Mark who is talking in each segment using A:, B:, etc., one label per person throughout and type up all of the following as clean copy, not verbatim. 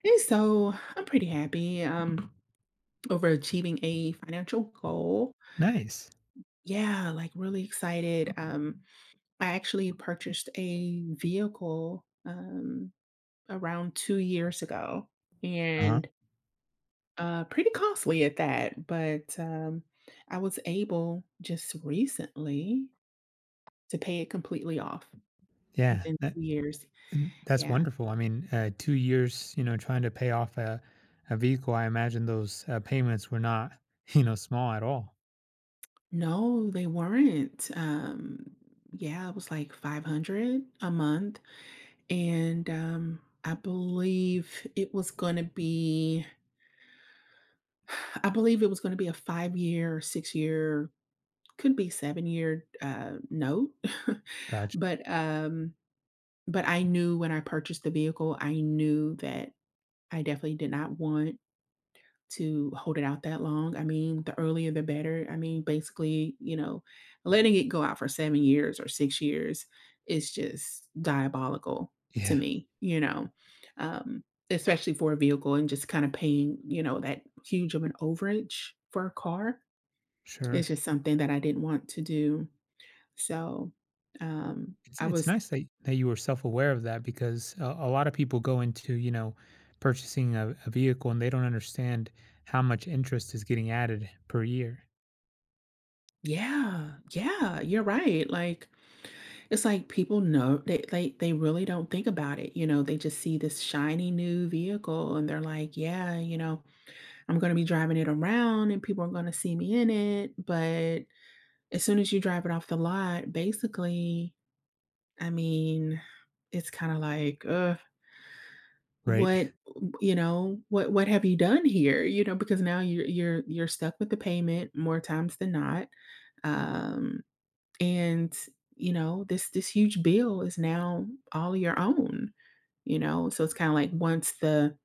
A: Hey, so I'm pretty happy over achieving a financial goal.
B: Nice.
A: Yeah, like really excited. I actually purchased a vehicle around 2 years ago
B: Uh-huh.
A: and pretty costly at that. But I was able just recently to pay it completely off
B: Yeah,
A: within
B: that
A: 2 years.
B: th that's
A: Yeah.
B: wonderful. I mean, 2 years, trying to pay off a vehicle. I imagine those, payments were not, you know, small at all.
A: No, they weren't. Yeah, it was like 500 a month and I believe it was going to be a 5 year, 6 year, could be 7 year note,
B: Gotcha.
A: but um, but I knew when I purchased the vehicle, I knew that I definitely did not want to hold it out that long. I mean, the earlier the better. I mean, basically, letting it go out for 7 years or 6 years is just diabolical to
B: Yeah,
A: me, um, especially for a vehicle and just kinda paying, that huge of an overage for a car. It's
B: sure.
A: just something that I didn't want to do. So,
B: It's
A: I
B: it's
A: was
B: nice that you were self-aware of that, because a lot of people go into, you know, purchasing a vehicle, and they don't understand how much interest is getting added per year.
A: yeah, yeah, you're right, like it's like people know they really don't think about it, you know, they just see this shiny new vehicle and they're like, "Yeah, you know, I'm gonna be driving it around and people are gonna see me in it." But as soon as you drive it off the lot, basically, I mean, it's kinda like,
B: Right,
A: What what have you done here?" You know, because now you're stuck with the payment more times than not. Um and, you know, this huge bill is now all your own, you know? So it's kinda like once the,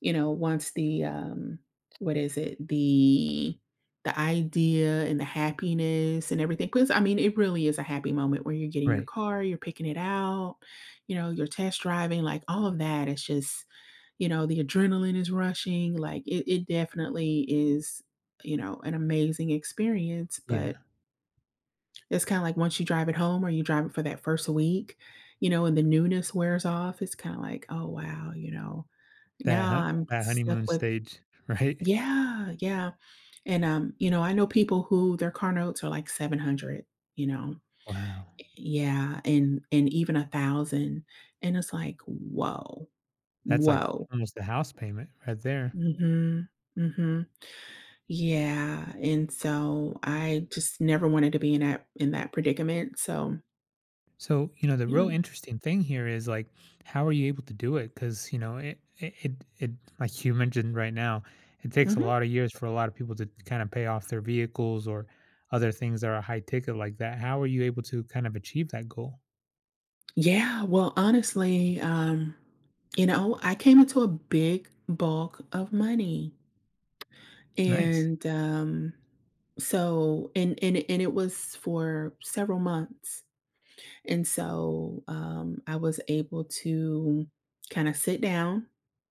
A: you know, once the, what is it? The idea and the happiness and everything, because I mean, it really is a happy moment where you're getting your
B: right.
A: car, you're picking it out, you know, you're test driving, like, all of that. It's just, you know, the adrenaline is rushing, like, it definitely is, you know, an amazing experience,
B: Yeah.
A: but it's kinda like once you drive it home or you drive it for that first week, you know, and the newness wears off, it's kinda like, "Oh, wow," you know,
B: That
A: now
B: hon
A: I'm
B: that
A: stuck
B: honeymoon
A: with
B: stage, right?
A: yeah, yeah, and, you know, I know people who their car notes are like 700, you know?
B: Wow.
A: Yeah, and even 1,000, and it's like, "Whoa,
B: That's like
A: whoa."
B: almost a house payment right there.
A: Mhm, mhm. Yeah, and so I just never wanted to be in that predicament, so,
B: So, you know, the
A: yeah.
B: real interesting thing here is like, how are you able to do it? Because, you know, it, like you mentioned right now, it takes a
A: Mhm.
B: lot of years for a lot of people to kind of pay off their vehicles or other things that are high ticket like that. How are you able to kind of achieve that goal?
A: Yeah, well, honestly, you know, I came into a big bulk of money.
B: Nice.
A: And so and it was for several months. And so I was able to kind of sit down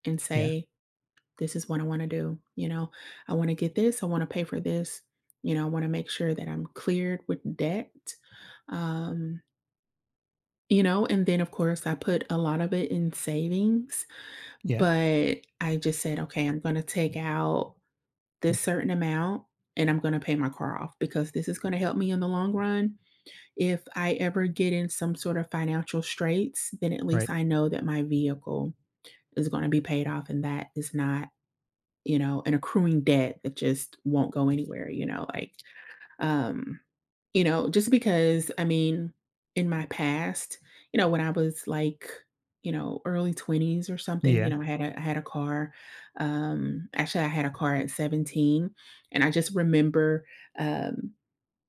A: and
B: Yeah.
A: say, this is what I want to do. You know, I want to get this, I want to pay for this, you know, I want to make sure that I'm cleared with debt. Um You know, and then, of course, I put a lot of it in savings,
B: Yeah.
A: but I just said, "Okay, I'm gonna take out this certain amount, and I'm gonna pay my car off because this is gonna help me in the long run. If I ever get in some sort of financial straits, then at
B: Right.
A: least I know that my vehicle is gonna be paid off and that is not, you know, an accruing debt that just won't go anywhere," you know, like, um you know, just because, I mean, in my past, you know, when I was like, you know, early 20s or something, you
B: Yeah.
A: know, I had a car. Actually, I had a car at 17, and I just remember um,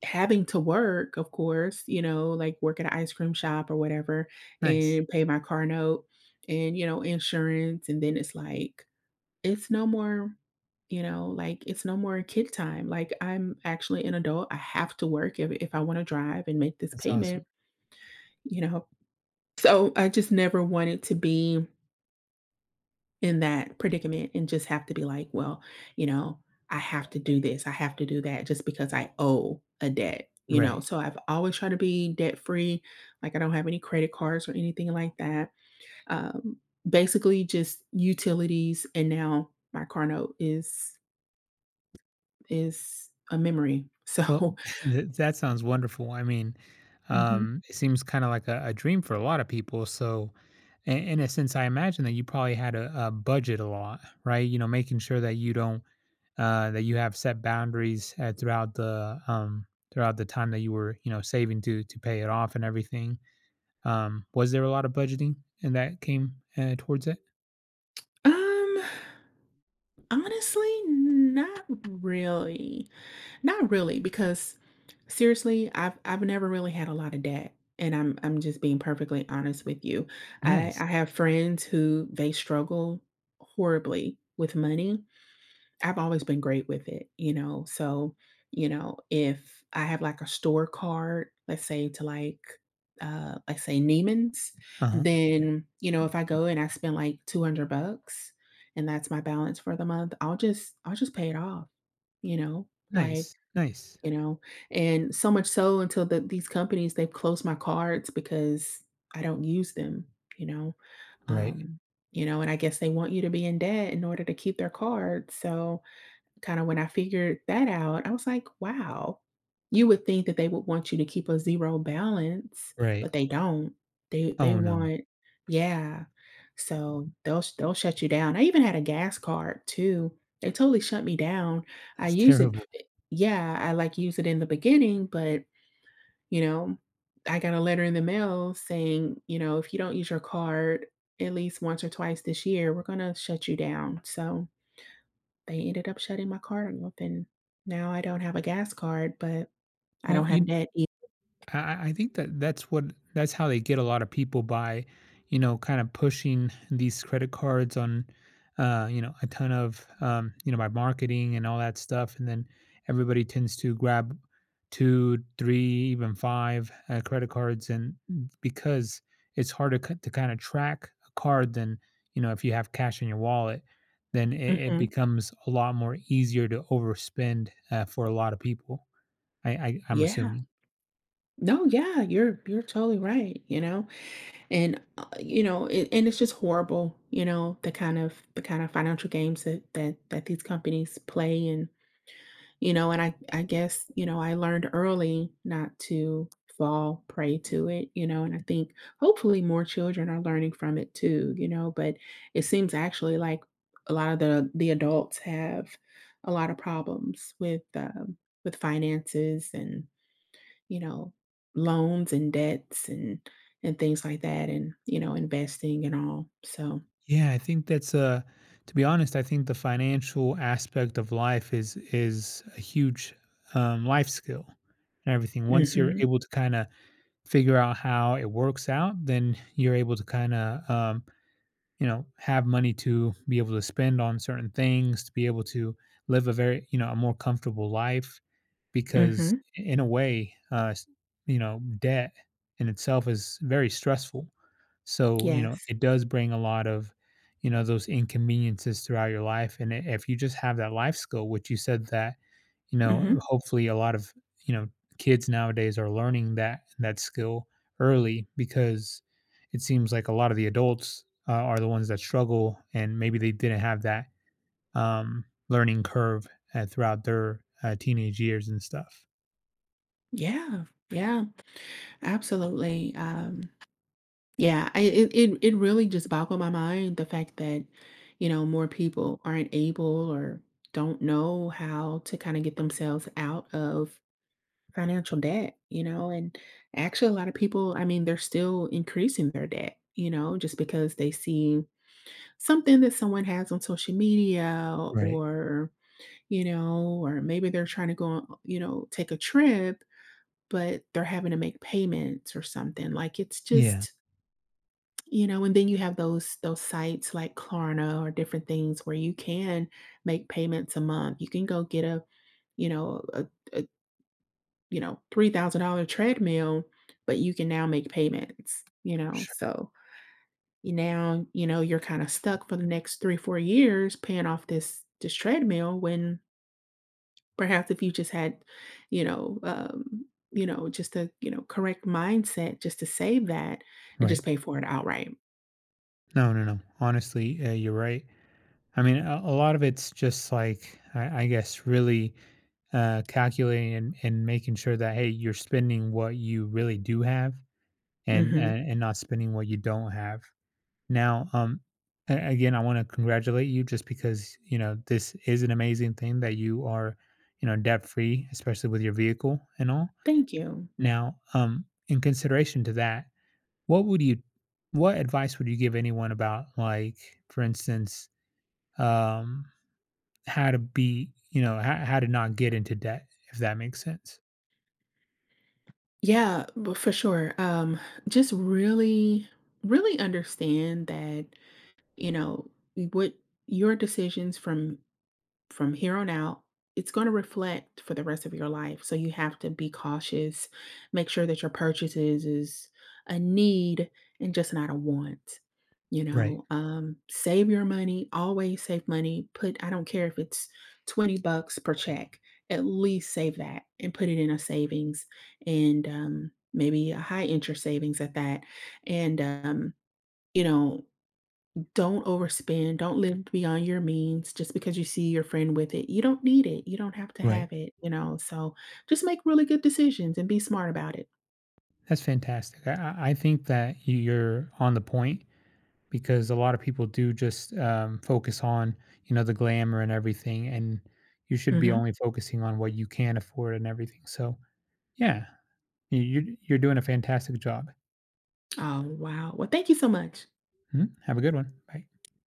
A: having to work, of course, you know, like work at an ice cream shop or whatever,
B: Nice.
A: and pay my car note and, you know, insurance, and then it's like it's no more, you know, like, it's no more kid time. Like, I'm actually an adult. I have to work if I wanna drive and make this
B: That's
A: payment,
B: awesome.
A: you know? So, I just never wanted to be in that predicament and just have to be like, "Well, you know, I have to do this. I have to do that just because I owe a debt," you know?
B: Right.
A: So, I've always tried to be debt-free. Like, I don't have any credit cards or anything like that. Um, Basically just utilities, and now my car note is a memory.
B: Well,
A: So
B: that sounds wonderful. I mean,
A: mhm.
B: it seems kind of like a dream for a lot of people. So, in a sense, I imagine that you probably had a budget a lot, right? You know, making sure that you don't that you have set boundaries throughout the time that you were, you know, saving to pay it off and everything. Was there a lot of budgeting and that came towards it?
A: Um, Honestly, not really. Not really, because seriously, I've never really had a lot of that, and I'm just being perfectly honest with you. I
B: Nice.
A: I have friends who they struggle horribly with money. I've always been great with it, you know, so, you know, if I have, like, a store card, let's say to, like, let's say Neiman's,
B: Uh huh.
A: then, you know, if I go and I spend, like, $200 and that's my balance for the month, I'll just pay it off, you know, like,
B: Nice. Nice.
A: you know, and so much so until these companies, they've closed my cards because I don't use them, you know,
B: Right.
A: um, you know, and I guess they want you to be in debt in order to keep their cards, so kinda when I figured that out, I was like, "Wow." You would think that they would want you to keep a 0 balance,
B: Right.
A: but they don't. They
B: Oh no,
A: want yeah. So, they'll shut you down. I even had a gas card too. They totally shut me down. I
B: that's
A: use it f
B: terrible.
A: eh, yeah, I, like, use it in the beginning, but, you know, I got a letter in the mail saying, you know, "If you don't use your card at least once or twice this year, we're gonna shut you down." So they ended up shutting my card off, and now I don't have a gas card, but I
B: Well,
A: don't have
B: you
A: net ei
B: I think that that's what, that's how they get a lot of people by, you know, kind of pushing these credit cards on, you know, a ton of, you know, by marketing and all that stuff, and then everybody tends to grab two, three, even five credit cards, and because it's harder to kind of track a card than, you know, if you have cash in your wallet, then it
A: mhm.
B: becomes a lot more easier to overspend for a lot of people. I I'm
A: Yeah.
B: assuming.
A: No, yeah, you're totally right, you know? And, you know, and it's just horrible, you know, the kind of financial games that that these companies play and you know and I guess you know I learned early not to fall prey to it, you know, and I think hopefully more children are learning from it too, you know, but it seems actually like a lot of the adults have a lot of problems with, with finances and you know loans and debts and things like that, and you know investing and all so
B: Yeah, I think that's a, to be honest, I think the financial aspect of life is a huge life skill and everything. Once you're
A: mhm,
B: able to kind of figure out how it works out, then you're able to kind of you know, have money to be able to spend on certain things, to be able to live a very, you know, a more comfortable life because
A: mhm,
B: in a way, you know, debt in itself is very stressful. So, you know,
A: yes,
B: it does bring a lot of, you know, those inconveniences throughout your life. And if you just have that life skill, which you said that, you know,
A: mhm,
B: hopefully a lot of, you know, kids nowadays are learning that skill early, because it seems like a lot of the adults are the ones that struggle, and maybe they didn't have that learning curve throughout their teenage years and stuff.
A: yeah, yeah, absolutely. Yeah, I it it really just boggled my mind the fact that, you know, more people aren't able or don't know how to kind of get themselves out of financial debt, you know, and actually a lot of people, I mean, they're still increasing their debt, you know, just because they see something that someone has on social media
B: Right.
A: or, you know, or maybe they're trying to go, on, you know, take a trip, but they're having to make payments or something. Like it's
B: Yeah.
A: just, you know, and then you have those sites like Klarna or different things where you can make payments a month. You can go get a, you know, a you know, $3,000 treadmill, but you can now make payments, you know. So you now, you know, you're kind of stuck for the next three, 4 years paying off this treadmill when perhaps if you just had, you know, um, you know, just a, you know, correct mindset just to save that and just
B: Right.
A: pay for it outright.
B: No, no, no. Honestly, you're right. I mean, a lot of it's just like, I guess, really calculating and making sure that, hey, you're spending what you really do have,
A: Mhm.
B: and not spending what you don't have. Now, again, I want to congratulate you just because, you know, this is an amazing thing that you are, you know, debt free, especially with your vehicle and all.
A: Thank you.
B: Now, in consideration to that, what would you, what advice would you give anyone about, like, for instance, um, how to be, you know, how to not get into debt, if that makes sense?
A: Yeah, but for sure. Just really, really understand that, you know, what your decisions from here on out, it's going to reflect for the rest of your life. So you have to be cautious. Make sure that your purchases is a need and just not a want. You
B: Right,
A: know, save your money. Always save money. Put I don't care if it's $20 per check. At least save that and put it in a savings and maybe a high interest savings at that. And you know, don't overspend, don't live beyond your means just because you see your friend with it. You don't need it, you don't have to
B: right.
A: have it, you know, so just make really good decisions and be smart about it.
B: That's fantastic. I I think that you're on the point because a lot of people do just focus on, you know, the glamour and everything, and you should be
A: Mhm.
B: only focusing on what you can afford and everything. So yeah, you're you're doing a fantastic job.
A: Oh, wow. Well, thank you so much.
B: Mhm. Have a good one. Bye.